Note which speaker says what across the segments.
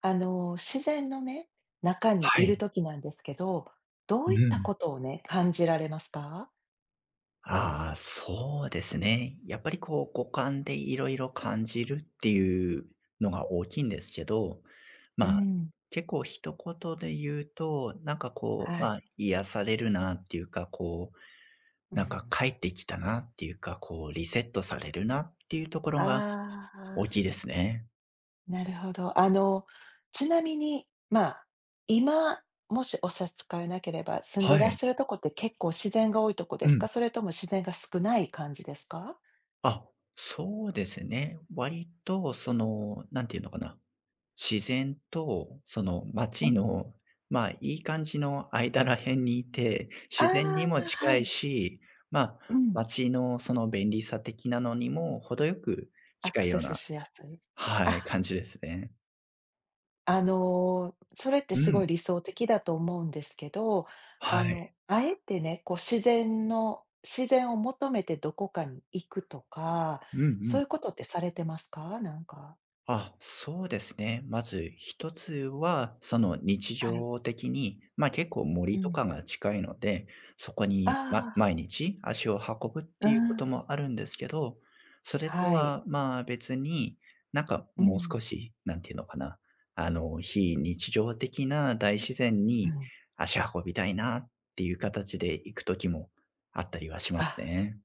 Speaker 1: 自然のね、中に
Speaker 2: は
Speaker 1: いる
Speaker 2: い。
Speaker 1: 時なんですけど、どうい
Speaker 2: う
Speaker 1: った
Speaker 2: ん。
Speaker 1: ことをね、感じられますか？
Speaker 2: ああ、そうですね。やっぱりこう五感でいろいろ感じるっていうのが大きいんですけど、
Speaker 1: う
Speaker 2: まあ、
Speaker 1: ん。
Speaker 2: 結構一言で言うと、なんかこう、
Speaker 1: は
Speaker 2: ま
Speaker 1: い。
Speaker 2: あ、癒されるなっていうか、こう、
Speaker 1: う
Speaker 2: なんか
Speaker 1: ん。
Speaker 2: 帰ってきたなっていうか、こうリセットされるなっていうところが
Speaker 1: あ
Speaker 2: 大きい
Speaker 1: あ、
Speaker 2: ですね。
Speaker 1: なるほど。ちなみに、今、もしお差し支えなければ、住んで
Speaker 2: は
Speaker 1: らっ
Speaker 2: い。
Speaker 1: しゃるとこって結構自然が多いとこで
Speaker 2: う
Speaker 1: す
Speaker 2: ん。
Speaker 1: か？それとも自然が少ない感じですか？
Speaker 2: あ、そうですね。割とその、なんていうのかな。自然と、その
Speaker 1: う
Speaker 2: 街
Speaker 1: ん。
Speaker 2: の、まあ、いい感じの間ら辺にいて、
Speaker 1: あ
Speaker 2: 自然にも
Speaker 1: あ、
Speaker 2: 近
Speaker 1: は
Speaker 2: い
Speaker 1: い。
Speaker 2: し、まあ、
Speaker 1: うん。
Speaker 2: 街のその便利さ的なのにも程よく
Speaker 1: ア
Speaker 2: 近
Speaker 1: ク
Speaker 2: い
Speaker 1: セ
Speaker 2: よう
Speaker 1: ス
Speaker 2: な
Speaker 1: しやすい。
Speaker 2: は
Speaker 1: あ
Speaker 2: い、感じですね。
Speaker 1: あそれって
Speaker 2: う
Speaker 1: すご
Speaker 2: ん。
Speaker 1: い理想的だと思うんですけど、
Speaker 2: はい。
Speaker 1: あえてね、こう自然を求めてどこかに行くとか、
Speaker 2: うんう
Speaker 1: そういうこ
Speaker 2: ん。
Speaker 1: とってされてますか？なんか
Speaker 2: あ、そうですね。まず一つは、その日
Speaker 1: はい。
Speaker 2: 常的に、まあ結構
Speaker 1: う
Speaker 2: 森と
Speaker 1: ん。
Speaker 2: かが近いので、そこに、ま、
Speaker 1: あ
Speaker 2: 毎日足を運ぶっ
Speaker 1: あ、
Speaker 2: て
Speaker 1: う
Speaker 2: いうこ
Speaker 1: ん、
Speaker 2: ともあるんですけど、それと
Speaker 1: はい。
Speaker 2: はまあ別に、なんか
Speaker 1: う
Speaker 2: もう
Speaker 1: ん、
Speaker 2: 少し、なんていうのかな、あの、非日常的な大自然
Speaker 1: う
Speaker 2: に
Speaker 1: ん。
Speaker 2: 足運びたいなっていう形で行く時もあったりはしま
Speaker 1: あ、
Speaker 2: すね。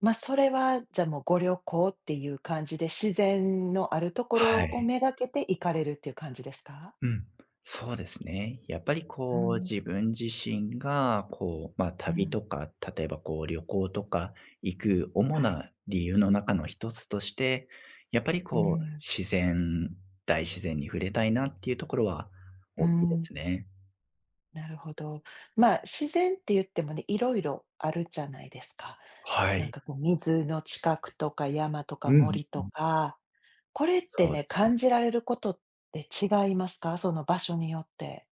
Speaker 1: それは、じゃ、もうご旅行っていう感じで、自然のあるところ
Speaker 2: は
Speaker 1: を
Speaker 2: い。
Speaker 1: めがけて行かれるっていう感じですか？
Speaker 2: うん、そうですね。やっぱり
Speaker 1: う
Speaker 2: こう
Speaker 1: ん、
Speaker 2: 自分自身がこう、まあ、
Speaker 1: う
Speaker 2: 旅
Speaker 1: ん、
Speaker 2: とか、例えばこう旅行とか行く主
Speaker 1: はい。
Speaker 2: な理由の中の一つとして、やっぱり
Speaker 1: う
Speaker 2: こう
Speaker 1: ん、
Speaker 2: 自然大自然に触れたいなっていうところは
Speaker 1: う
Speaker 2: 大きいで
Speaker 1: ん。
Speaker 2: すね。
Speaker 1: なるほど。まあ、自然って言ってもね、いろいろあるじゃないですか。
Speaker 2: は
Speaker 1: なん
Speaker 2: い。
Speaker 1: かこう、水の近くとか山とか
Speaker 2: うん。
Speaker 1: 森とか、これって
Speaker 2: そうで
Speaker 1: ね、
Speaker 2: すね。
Speaker 1: 感じられることって違いますか？その場所によって。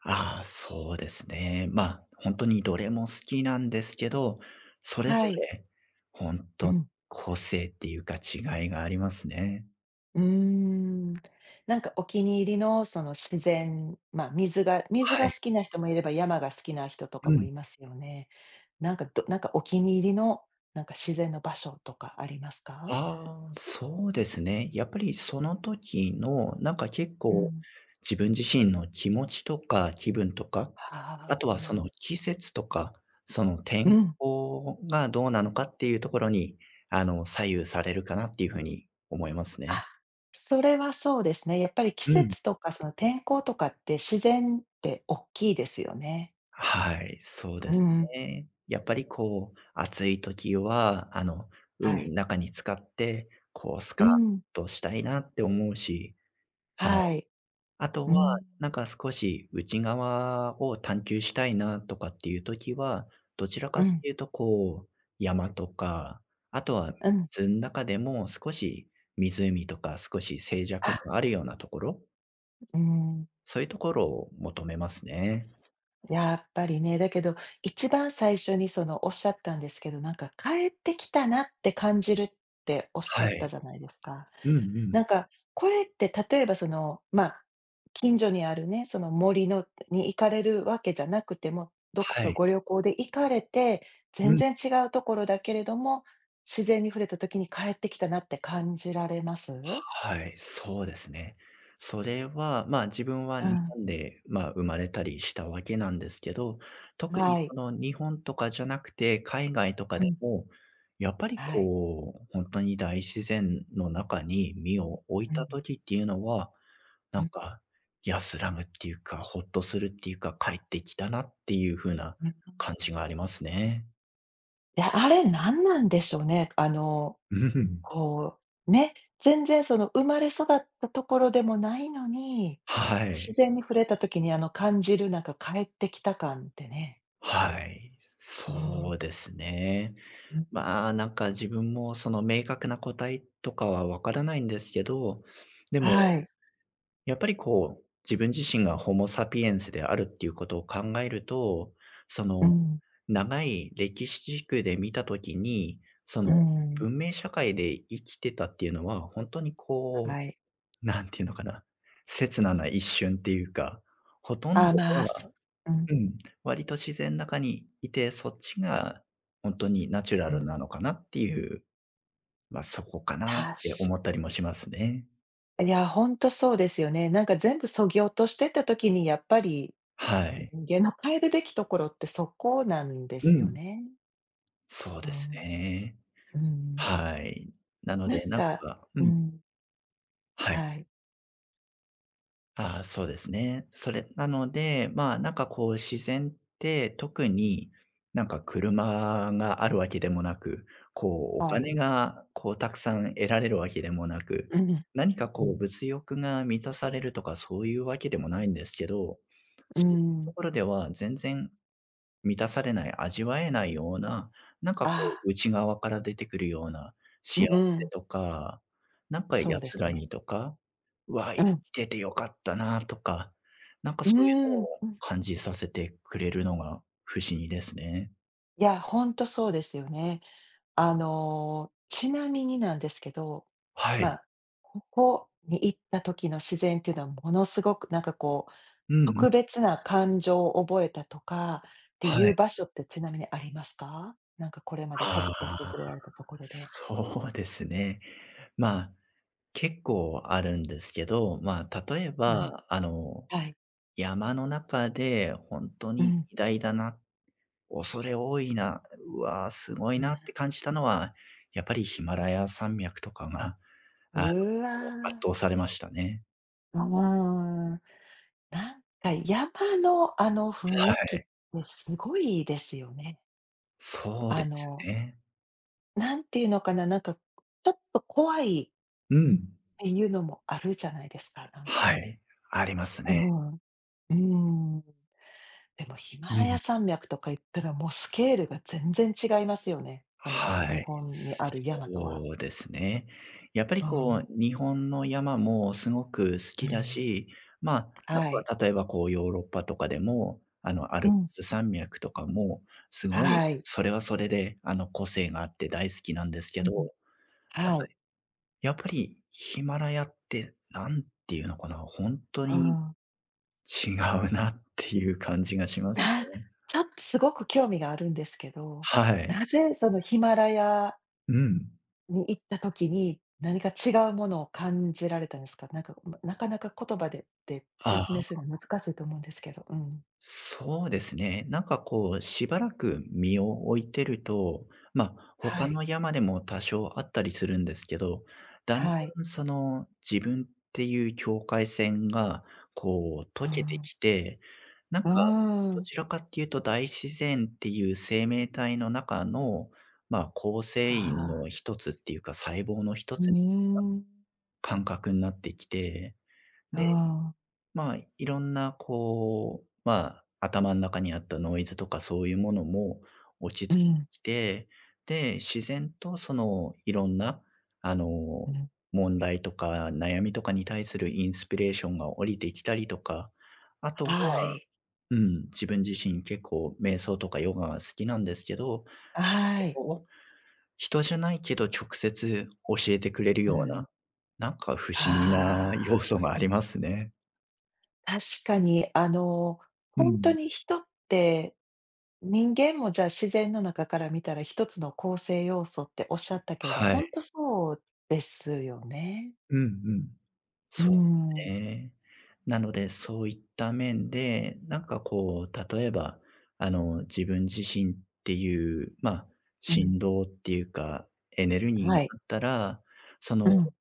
Speaker 2: ああ、そうですね。本当にどれも好きなんですけど、それ
Speaker 1: は
Speaker 2: ぞ
Speaker 1: い。
Speaker 2: れ本
Speaker 1: う
Speaker 2: 当に
Speaker 1: ん。
Speaker 2: 個性っていうか違いがありますね。
Speaker 1: うーん。なんかお気に入りのその自然、まあ、水
Speaker 2: は
Speaker 1: が
Speaker 2: い。
Speaker 1: 好きな人もいれば、山が好きな人とか
Speaker 2: う
Speaker 1: も
Speaker 2: ん。
Speaker 1: いますよね。なんかどなんかお気に入りの、なんか自然の場所とかありますか？
Speaker 2: ああ、そうですね。やっぱりその時の、なんか結
Speaker 1: う
Speaker 2: 構
Speaker 1: ん。
Speaker 2: 自分自身の気持ちとか気分とか、あ
Speaker 1: はあ。
Speaker 2: とはその季節とか、その
Speaker 1: う
Speaker 2: 天
Speaker 1: ん。
Speaker 2: 候がどうなのかっていうところに、あの、左右されるかなっていう風に思いますね。
Speaker 1: あ、それはそうですね。やっぱり季
Speaker 2: うん。
Speaker 1: 節とかその天候とかって自然って大きいですよね。
Speaker 2: はい、そうで
Speaker 1: う
Speaker 2: す
Speaker 1: ん。
Speaker 2: ね。やっぱりこう、暑い時は、あの、
Speaker 1: は
Speaker 2: 海
Speaker 1: い。
Speaker 2: の中に浸かって、こうス
Speaker 1: う
Speaker 2: カッ
Speaker 1: ん、
Speaker 2: としたいなって思うし、はい。
Speaker 1: はい。
Speaker 2: あと
Speaker 1: う
Speaker 2: は、
Speaker 1: ん、
Speaker 2: なんか少し内側を探求したいなとかっていう時は、どちらか
Speaker 1: う
Speaker 2: っ
Speaker 1: ん、
Speaker 2: ていうとこう、山とか、あとは
Speaker 1: うん。
Speaker 2: 水の中でも少し湖とか少し静寂
Speaker 1: あ、
Speaker 2: のあるようなところ、
Speaker 1: うん。
Speaker 2: そういうところを求めますね。
Speaker 1: やっぱりね、だけど、一番最初にそのおっしゃったんですけど、なんか帰ってきたなって感じるっておっしゃ
Speaker 2: は
Speaker 1: った
Speaker 2: い。
Speaker 1: じゃないですか。
Speaker 2: うんうん。
Speaker 1: なんか、これって例えばその、まあ、近所にあるね、その森のに行かれるわけじゃなくても、どこ
Speaker 2: は
Speaker 1: か
Speaker 2: い。
Speaker 1: ご旅行で行かれて、
Speaker 2: う
Speaker 1: 全
Speaker 2: ん。
Speaker 1: 然違うところだけれども、自然に触れた時に帰ってきたなって感じられます？
Speaker 2: はい、そうですね。それは、まあ、自分は
Speaker 1: う
Speaker 2: 日
Speaker 1: ん、
Speaker 2: 本で、まあ、生まれたりしたわけなんですけど、特に
Speaker 1: はい。
Speaker 2: その日本とかじゃなくて、海外とか
Speaker 1: う
Speaker 2: で
Speaker 1: ん、
Speaker 2: も、やっぱり
Speaker 1: はい。
Speaker 2: こう、本当に大自然の中に身を置い
Speaker 1: う
Speaker 2: た
Speaker 1: ん、
Speaker 2: 時っていうのは、
Speaker 1: う
Speaker 2: なん
Speaker 1: ん、
Speaker 2: か安らぐっていうか、ほっとするっていうか、帰ってきたなっていう風な
Speaker 1: うん。
Speaker 2: 感じがありますね。
Speaker 1: いや、あれ何なんでしょうね。
Speaker 2: うん。
Speaker 1: こね、全然その生まれ育ったところでもないのに、
Speaker 2: はい。
Speaker 1: 自然に触れた時にあの感じるなんか帰ってきた感ってね。
Speaker 2: はい。
Speaker 1: うん、
Speaker 2: そうですね。
Speaker 1: うん、
Speaker 2: まあ、なんか自分もその明確な答えとかはわからないんですけど、でも
Speaker 1: はい、
Speaker 2: やっぱりこう、自分自身がホモサピエンスであるっていうことを考えると、そ
Speaker 1: う
Speaker 2: の
Speaker 1: ん、
Speaker 2: 長い歴史軸で見たときに、そ
Speaker 1: う
Speaker 2: の
Speaker 1: ん、
Speaker 2: 文明社会で生きてたっていうのは、本当にこう、
Speaker 1: はい。
Speaker 2: なんていうのかな、刹那な一瞬っていうか、ほとん
Speaker 1: あ、
Speaker 2: どは
Speaker 1: うん、
Speaker 2: うん、割と自然の中にいて、そっちが本当にナチュラ
Speaker 1: う
Speaker 2: ル
Speaker 1: ん、
Speaker 2: なのかなっていうまあ、そこかなっ
Speaker 1: た
Speaker 2: て
Speaker 1: し
Speaker 2: 思ったりもしますね。
Speaker 1: いや、ほんとそうですよね。なんか全部削ぎ落としてった時にやっぱり、
Speaker 2: はい。
Speaker 1: 人間の帰るべきところってそこなんで
Speaker 2: う
Speaker 1: すよ
Speaker 2: ん。
Speaker 1: ね。
Speaker 2: そうですね。
Speaker 1: うんうん。
Speaker 2: はい。なの
Speaker 1: なん
Speaker 2: で、なん
Speaker 1: か
Speaker 2: かう
Speaker 1: う
Speaker 2: ん、
Speaker 1: ん、
Speaker 2: は
Speaker 1: は
Speaker 2: い。
Speaker 1: い、
Speaker 2: ああ、そうですね。それなので、まあ、なんかこう自然って特になんか車があるわけでもなく、こうお
Speaker 1: はい。
Speaker 2: 金がこうたくさん得られるわけでもなく、
Speaker 1: うん。う
Speaker 2: 何かこ
Speaker 1: ん、
Speaker 2: う物欲が満たされるとかそういうわけでもないんですけど、
Speaker 1: うー
Speaker 2: そういうと
Speaker 1: ん、
Speaker 2: ころでは全然満たされない、味わえないような、なん
Speaker 1: あ
Speaker 2: かこ
Speaker 1: あ、
Speaker 2: う内側から出てくるような
Speaker 1: うん
Speaker 2: 幸
Speaker 1: う
Speaker 2: せ
Speaker 1: ん、
Speaker 2: とか、なんか
Speaker 1: そうで
Speaker 2: 安
Speaker 1: す
Speaker 2: ら
Speaker 1: ね。
Speaker 2: ぎとか、うわ、
Speaker 1: う
Speaker 2: 生
Speaker 1: ん、
Speaker 2: きててよかったなとか、なんか
Speaker 1: う
Speaker 2: そういう
Speaker 1: ーん、
Speaker 2: のを
Speaker 1: うん、い
Speaker 2: 感じさせてくれるのが不思議ですね。
Speaker 1: や、ほんとそうですよね。ちなみになんですけど、
Speaker 2: は
Speaker 1: ま
Speaker 2: い。
Speaker 1: あ、ここに行った時の自然っていうのはものすごくなんかこう、
Speaker 2: うんうん。
Speaker 1: 特別な感情を覚えたとかってい
Speaker 2: は
Speaker 1: う
Speaker 2: い。
Speaker 1: 場所ってちなみにありますか？なんかこれまでた
Speaker 2: あ
Speaker 1: ず訪
Speaker 2: あ、
Speaker 1: れられたところで。
Speaker 2: そうですね。まあ、結構あるんですけど、まあ、例え
Speaker 1: うん、
Speaker 2: ば、あの、
Speaker 1: はい。
Speaker 2: 山の中で本当
Speaker 1: う
Speaker 2: に
Speaker 1: ん、
Speaker 2: 偉大だな恐れ多いな、うわー、すご
Speaker 1: う
Speaker 2: い
Speaker 1: ん。
Speaker 2: なって感じたのは、やっぱりヒマラヤ山脈とかが、あの、
Speaker 1: う
Speaker 2: 圧
Speaker 1: わ、
Speaker 2: 倒されましたね。
Speaker 1: ああ。なんかあの雰
Speaker 2: は
Speaker 1: 囲気っ
Speaker 2: い。
Speaker 1: てすごいですよね。
Speaker 2: そう
Speaker 1: あ
Speaker 2: です
Speaker 1: の、
Speaker 2: ね。
Speaker 1: なんていうのかな、なんかちょっと怖いっ
Speaker 2: うん。
Speaker 1: ていうのもあるじゃないですか、なん
Speaker 2: は
Speaker 1: か。
Speaker 2: い。あります
Speaker 1: う
Speaker 2: ね。
Speaker 1: ん。うーん。でもヒマ
Speaker 2: う
Speaker 1: ラヤ
Speaker 2: ん。
Speaker 1: 山脈とか言ったらもうスケールが全然違いますよね。この
Speaker 2: は
Speaker 1: 日
Speaker 2: い、
Speaker 1: 本にある山とは。
Speaker 2: そうですね。やっぱり
Speaker 1: う
Speaker 2: こう、
Speaker 1: ん。
Speaker 2: 日本の山もすごく好
Speaker 1: う
Speaker 2: きだ
Speaker 1: ん。
Speaker 2: し、まあ、あ
Speaker 1: は
Speaker 2: と
Speaker 1: い。
Speaker 2: は例えばこうヨーロッパとかでも、あの、ア
Speaker 1: う
Speaker 2: ルプ
Speaker 1: ん。
Speaker 2: ス山脈とかも、すごい、
Speaker 1: はい。
Speaker 2: それはそれで、あの、個性があって大好きなんですけ
Speaker 1: う
Speaker 2: ど、な
Speaker 1: ん。
Speaker 2: ん
Speaker 1: は
Speaker 2: か
Speaker 1: い。
Speaker 2: やっぱりヒマラヤって、何ていうのかな、本当
Speaker 1: う
Speaker 2: に
Speaker 1: ん。
Speaker 2: 違うなっていう感じがし
Speaker 1: な
Speaker 2: ます ね。
Speaker 1: ちょっとすごく興味があるんですけど、
Speaker 2: はい。
Speaker 1: なぜそのヒマラヤ
Speaker 2: うん。
Speaker 1: に行った時に、何か違うものを感じられたんですか？なんか、ま、なかなか言葉で
Speaker 2: あ
Speaker 1: 説明す
Speaker 2: あ。
Speaker 1: るの難しいと思うんですけど、うん。
Speaker 2: そうですね。なんかこう、しばらく身を置いてると、まあ、
Speaker 1: は
Speaker 2: 他
Speaker 1: い、
Speaker 2: の山でも多少あったりするんですけど、だんだ
Speaker 1: はい。
Speaker 2: んその自分っていう境界線がこう
Speaker 1: う
Speaker 2: 溶けて
Speaker 1: ん。
Speaker 2: きて、な
Speaker 1: う
Speaker 2: ん
Speaker 1: ー
Speaker 2: かど
Speaker 1: ん。
Speaker 2: ちらかっていうと大自然っていう生命体の中の、まあ、構成員
Speaker 1: あ
Speaker 2: の
Speaker 1: あ、
Speaker 2: 一つっていうか細胞の一
Speaker 1: う
Speaker 2: つに
Speaker 1: ーん。
Speaker 2: 感覚になってきて、
Speaker 1: う
Speaker 2: で
Speaker 1: ん。
Speaker 2: まあ、いろんなこう、まあ、頭の中にあったノイズとかそういうものも落ち
Speaker 1: う
Speaker 2: 着いて
Speaker 1: ん、
Speaker 2: きて、で、自然とそのいろんな、あの、
Speaker 1: うん。
Speaker 2: 問題とか悩みとかに対するインスピレーションが降りてきたりとか、あと
Speaker 1: は
Speaker 2: は
Speaker 1: い。
Speaker 2: うん、自分自身結構瞑想とかヨガが好きなんですけど、
Speaker 1: は
Speaker 2: そ
Speaker 1: い。
Speaker 2: こを人じゃないけど直接教えてくれる
Speaker 1: う
Speaker 2: よう
Speaker 1: ん。
Speaker 2: な、なんか不思議な
Speaker 1: あ
Speaker 2: 要
Speaker 1: あ、
Speaker 2: 素がありますね。
Speaker 1: 確かにあの、
Speaker 2: う
Speaker 1: ほんと
Speaker 2: ん。
Speaker 1: に人って人間もじゃあ自然の中から見たら一つの構成要素っておっしゃったけれど、
Speaker 2: は
Speaker 1: ほ
Speaker 2: い。
Speaker 1: んとそうですよね。
Speaker 2: うんうん。
Speaker 1: うー
Speaker 2: そうです
Speaker 1: ん。
Speaker 2: ね。なので、そういった面で、なんかこう、例えば、あの、自分自身っていう、まあ、
Speaker 1: うん、
Speaker 2: 振動っていうか、エネルギー
Speaker 1: は
Speaker 2: が
Speaker 1: い。
Speaker 2: あったら、そ
Speaker 1: う
Speaker 2: の
Speaker 1: ん、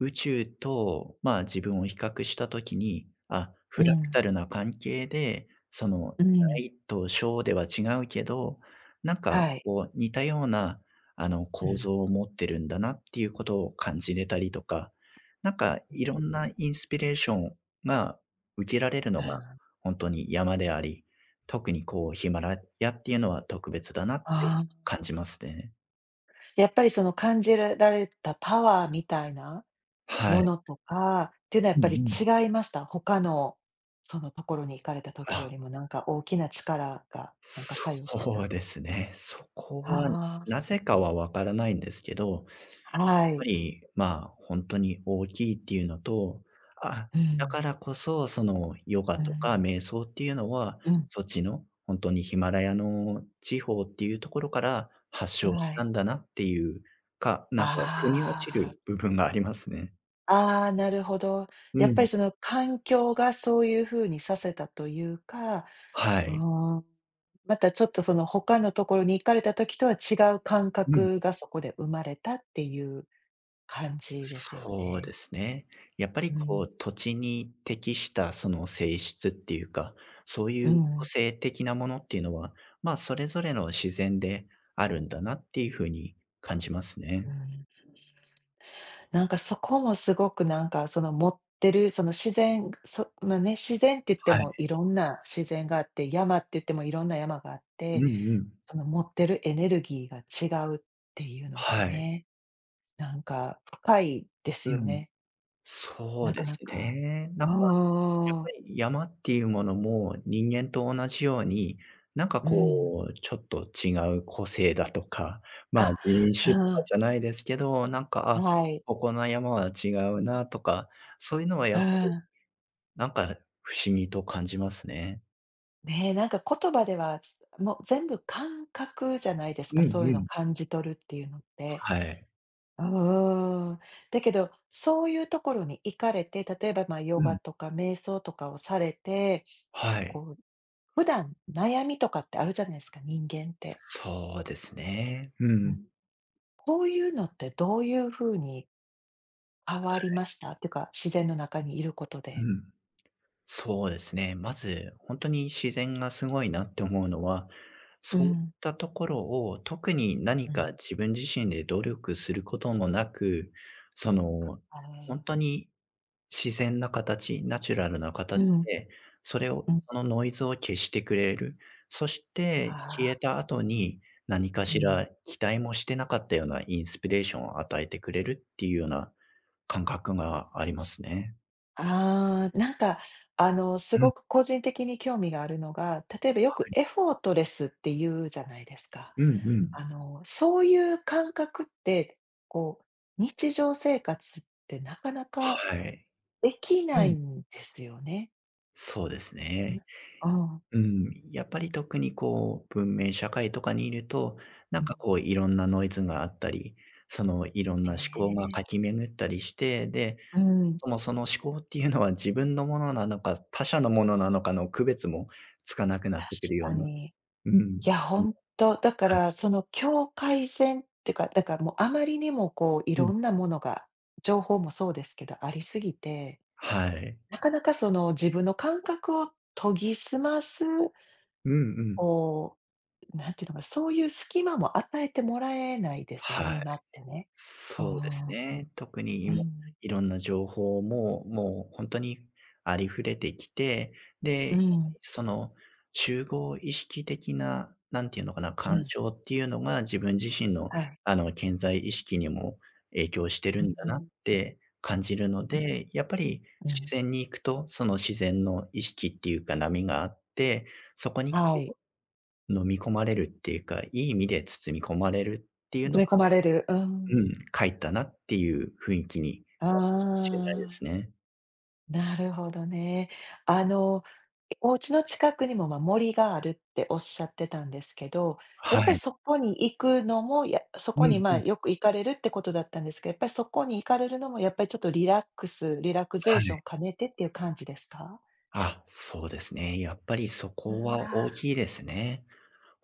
Speaker 2: 宇宙と、まあ、自分を比較したときに、あ、
Speaker 1: う
Speaker 2: フラク
Speaker 1: ん、
Speaker 2: タルな関係で、その、
Speaker 1: うん、
Speaker 2: 大と小では違うけど、なんか、
Speaker 1: はい。
Speaker 2: こう、似たような、あの、
Speaker 1: うん、う
Speaker 2: 構
Speaker 1: ん。
Speaker 2: 造を持ってるんだなっていうことを感じれたりとか、なんか、いろんなインスピレーションが受けられるのが本当に山であり、特に、こう、ヒマラヤっていうのは特別だなって
Speaker 1: ああ、
Speaker 2: 感じますね。
Speaker 1: やっぱりその感じらられたパワーみたいな
Speaker 2: は
Speaker 1: も
Speaker 2: い。
Speaker 1: のとかっていうのはやっ
Speaker 2: うんう
Speaker 1: ぱり
Speaker 2: ん。
Speaker 1: 違いました？他のそのところに行かれた時よ
Speaker 2: あ
Speaker 1: りもなんか大きな力がなんか作用して
Speaker 2: そう
Speaker 1: た。
Speaker 2: ですね。そこは
Speaker 1: あ
Speaker 2: なぜかはわからないんですけど、やっ
Speaker 1: あ、は
Speaker 2: ぱ
Speaker 1: い。
Speaker 2: り、まあ、ほんとに大きいっていうのと、あ、
Speaker 1: う
Speaker 2: だ
Speaker 1: ん、
Speaker 2: からこそ、その、ヨガ
Speaker 1: う
Speaker 2: とか
Speaker 1: ん、
Speaker 2: 瞑想っていうのは、そっちのほんとにヒマラヤの地方っていうところから発
Speaker 1: うん、
Speaker 2: 祥
Speaker 1: は
Speaker 2: した
Speaker 1: い。
Speaker 2: んだなっていうか、なんか腑に落ち
Speaker 1: ああ、
Speaker 2: る部分がありますね。
Speaker 1: ああ、なるほど。
Speaker 2: う
Speaker 1: やっぱり
Speaker 2: ん。
Speaker 1: その環境がそういう風にさせたというか、
Speaker 2: は
Speaker 1: う
Speaker 2: い。
Speaker 1: ーん、またちょっとその他のところに行かれた時とは違う感
Speaker 2: うん。
Speaker 1: 覚がそこで生まれたっていう感じですよ
Speaker 2: そう
Speaker 1: ね。
Speaker 2: ですね。やっぱ
Speaker 1: う
Speaker 2: りこ
Speaker 1: ん、
Speaker 2: う土地に適したその性質っていうか、そうい
Speaker 1: う
Speaker 2: う個
Speaker 1: ん、
Speaker 2: 性的なものっていうのは、まあ、それぞれの自然であるんだなっていう風に感じます
Speaker 1: う
Speaker 2: ね。
Speaker 1: ん。なんかそこもすごくなんかその持ってるその自然、まあね、自然って言って
Speaker 2: はい。
Speaker 1: もいろんな自然があって、山って言ってもいろんな山があっ
Speaker 2: うん
Speaker 1: て
Speaker 2: うん。
Speaker 1: その持ってるエネルギーが違うっていうのが
Speaker 2: はい。
Speaker 1: ね、なんか深いです
Speaker 2: う
Speaker 1: よ
Speaker 2: ん。
Speaker 1: ね。
Speaker 2: そ
Speaker 1: な
Speaker 2: う
Speaker 1: か
Speaker 2: で
Speaker 1: な
Speaker 2: す
Speaker 1: か。
Speaker 2: ね。な
Speaker 1: う
Speaker 2: んか
Speaker 1: んう
Speaker 2: やっ
Speaker 1: んう
Speaker 2: ぱ
Speaker 1: ん
Speaker 2: り山っていうものも、人間と同じように、なんかこう、ちょっと違う個性だとか、まあ、
Speaker 1: あ、
Speaker 2: 人種とかじゃないですけど、なんか、
Speaker 1: うん、
Speaker 2: あ、
Speaker 1: はい。
Speaker 2: ここの山は違うなとか、そういうのはや
Speaker 1: う
Speaker 2: っぱり、
Speaker 1: ん。
Speaker 2: なんか不思議と感じますね。
Speaker 1: ねえ、なんか言葉では、もう全部感覚じゃないです
Speaker 2: う
Speaker 1: か、
Speaker 2: ん
Speaker 1: そういう
Speaker 2: う
Speaker 1: の
Speaker 2: ん。
Speaker 1: 感じ取るっていうのって。
Speaker 2: はい。
Speaker 1: うんだけど、そういうところに行かれて、例えば、ま、ヨ
Speaker 2: う
Speaker 1: ガ
Speaker 2: ん。
Speaker 1: とか瞑想とかをされて、
Speaker 2: はい。
Speaker 1: こう、普段悩みとかってあるじゃないですか、人間って。
Speaker 2: そうですね。うん。
Speaker 1: こういうのってどういうふうに変わりました？っていうか、自然の中にいることで。
Speaker 2: うん。そうですね。まず、本当に自然がすごいなって思うのは、
Speaker 1: う
Speaker 2: そういっ
Speaker 1: ん。
Speaker 2: たところを特に
Speaker 1: う
Speaker 2: 何か
Speaker 1: ん。
Speaker 2: 自分自身で努力することもなく、その、
Speaker 1: あ
Speaker 2: 本当
Speaker 1: あ。
Speaker 2: に自然な形、ナチュラルな
Speaker 1: う
Speaker 2: 形
Speaker 1: ん、
Speaker 2: で、それを、
Speaker 1: うん。
Speaker 2: そのノイズを消してくれる。そし
Speaker 1: あ
Speaker 2: て消
Speaker 1: あ、
Speaker 2: えた後に、何か
Speaker 1: う
Speaker 2: し
Speaker 1: ん。
Speaker 2: ら期待もしてなかったようなインスピレーションを与えてくれるっていうような感覚がありますね。
Speaker 1: ああ、なんか、あの、す
Speaker 2: うん、
Speaker 1: ごく個人的に興味があるのが、例えばよくエフォートレスって言うじゃないですか。
Speaker 2: うんうん。
Speaker 1: あの、そういう感覚って、こう、日常生活ってなかなか
Speaker 2: はい。
Speaker 1: でき
Speaker 2: う
Speaker 1: ない
Speaker 2: ん、
Speaker 1: んですよね。
Speaker 2: そうです
Speaker 1: うん。
Speaker 2: ね。
Speaker 1: うん。
Speaker 2: うん、やっぱり特にこう、文明社会とかにいると、な
Speaker 1: う
Speaker 2: ん
Speaker 1: ん。
Speaker 2: かこういろんなノイズがあったり、そのいろんな思考
Speaker 1: ね
Speaker 2: がか
Speaker 1: え。
Speaker 2: きめ巡ったりして、で、
Speaker 1: うん。
Speaker 2: そもその思考っていうのは自分のものなのか、他者のものなのかの区別もつかなくなってくるよ
Speaker 1: 確か
Speaker 2: うな、
Speaker 1: に。
Speaker 2: うん、
Speaker 1: いや、ほんと、だか
Speaker 2: はい。
Speaker 1: らその境界線ってか、だからもうあまりにもこうい
Speaker 2: うん。
Speaker 1: ろんなものが、情報もそうですけど、ありすぎて、
Speaker 2: はい。
Speaker 1: なかなかその自分の感覚を研ぎ澄ます、
Speaker 2: うんうん。
Speaker 1: こう、なんていうのかな、そういう隙間も与えてもらえないですよね、
Speaker 2: はい。
Speaker 1: 今ってね。うー
Speaker 2: そうです
Speaker 1: ん、
Speaker 2: ね。特に
Speaker 1: う
Speaker 2: 今、
Speaker 1: ん、
Speaker 2: いろんな情報も、もう本当にありふれてきて、で、
Speaker 1: う
Speaker 2: やっぱ
Speaker 1: ん、
Speaker 2: りその、集合意識的な、なんていうのかな、
Speaker 1: う
Speaker 2: 干
Speaker 1: ん、
Speaker 2: 渉っていうのが自分自身の、
Speaker 1: はい。
Speaker 2: あの、潜在意識にも影響してる
Speaker 1: う
Speaker 2: ん
Speaker 1: ん、
Speaker 2: だ
Speaker 1: う
Speaker 2: なっ
Speaker 1: ん、
Speaker 2: て感じるので、やっぱり
Speaker 1: う
Speaker 2: 自
Speaker 1: ん、
Speaker 2: 然に行くと、その自然の意識っていうか波があって、そこに
Speaker 1: はい。
Speaker 2: 飲み込まれるっていうか、いい意味で包み込まれるっていうの
Speaker 1: 詰め込まれる。うん。
Speaker 2: うん、帰ったなっていう雰囲気に
Speaker 1: あ
Speaker 2: なるかもしれないで
Speaker 1: あ。
Speaker 2: すね。
Speaker 1: なるほどね。あの、お家の近くにも、ま、森があるっておっしゃってたんですけど、やっ
Speaker 2: は
Speaker 1: ぱり
Speaker 2: い。
Speaker 1: そこに行くのも、そ
Speaker 2: う
Speaker 1: こに、
Speaker 2: んう
Speaker 1: ま、
Speaker 2: ん。
Speaker 1: よく行かれるってことだったんですけど、やっぱりそこに行かれるのも、やっぱりちょっとリラクゼー
Speaker 2: は
Speaker 1: ショ
Speaker 2: い。
Speaker 1: ン兼ねてっていう感じですか？
Speaker 2: あ、そうですね。やっぱりそこ
Speaker 1: う
Speaker 2: は
Speaker 1: わ。
Speaker 2: 大きいですね。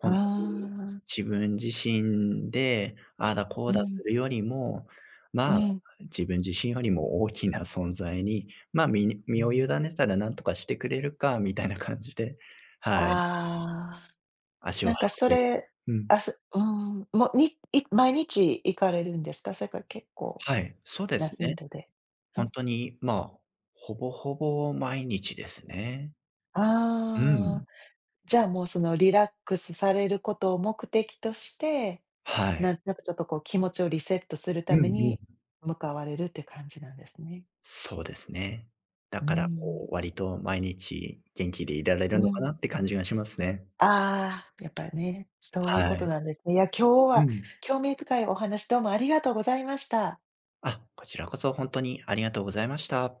Speaker 1: あ
Speaker 2: んとに
Speaker 1: あ、
Speaker 2: 自分自身で、ああだこ
Speaker 1: う
Speaker 2: うだ
Speaker 1: ん、う
Speaker 2: するよりも、まあ、
Speaker 1: ん。
Speaker 2: 自分自身よりも大きな存在に、ま、身に
Speaker 1: う
Speaker 2: 身を委
Speaker 1: ん。
Speaker 2: ねたら何とかしてくれるかみたいな感じで、はい、
Speaker 1: ああ、
Speaker 2: 足を
Speaker 1: な
Speaker 2: 運
Speaker 1: んかそ
Speaker 2: ぶよ
Speaker 1: れ、
Speaker 2: うにうん、
Speaker 1: うーん、もう、毎日行かれるんですか？それか結構
Speaker 2: はい、そうで
Speaker 1: な
Speaker 2: す
Speaker 1: 頻
Speaker 2: ね。
Speaker 1: 度で。う
Speaker 2: ほん
Speaker 1: ん。
Speaker 2: とに、まあ、ほぼほぼ毎日ですね。う
Speaker 1: ああ、
Speaker 2: ん。
Speaker 1: じゃあ、もう、その、リラックスされることを目的として、
Speaker 2: は
Speaker 1: な
Speaker 2: い。
Speaker 1: んとなくちょっと、こう、気持ちをリセットする
Speaker 2: う
Speaker 1: た
Speaker 2: ん
Speaker 1: め
Speaker 2: う
Speaker 1: に
Speaker 2: ん。
Speaker 1: 向かわれるって感じなんですね。
Speaker 2: そうですね。だ
Speaker 1: う
Speaker 2: から、
Speaker 1: ん、
Speaker 2: こう、割と毎日元気でいられ
Speaker 1: う
Speaker 2: るのか
Speaker 1: ん。
Speaker 2: なって感じがしますね。
Speaker 1: ああ、やっぱね、そういうこ
Speaker 2: は
Speaker 1: と
Speaker 2: い。
Speaker 1: なんですね。いや、今日
Speaker 2: う
Speaker 1: は
Speaker 2: ん。
Speaker 1: 興味深いお話どうもありがとうございました。
Speaker 2: あ、こちらこそほんとにありがとうございました。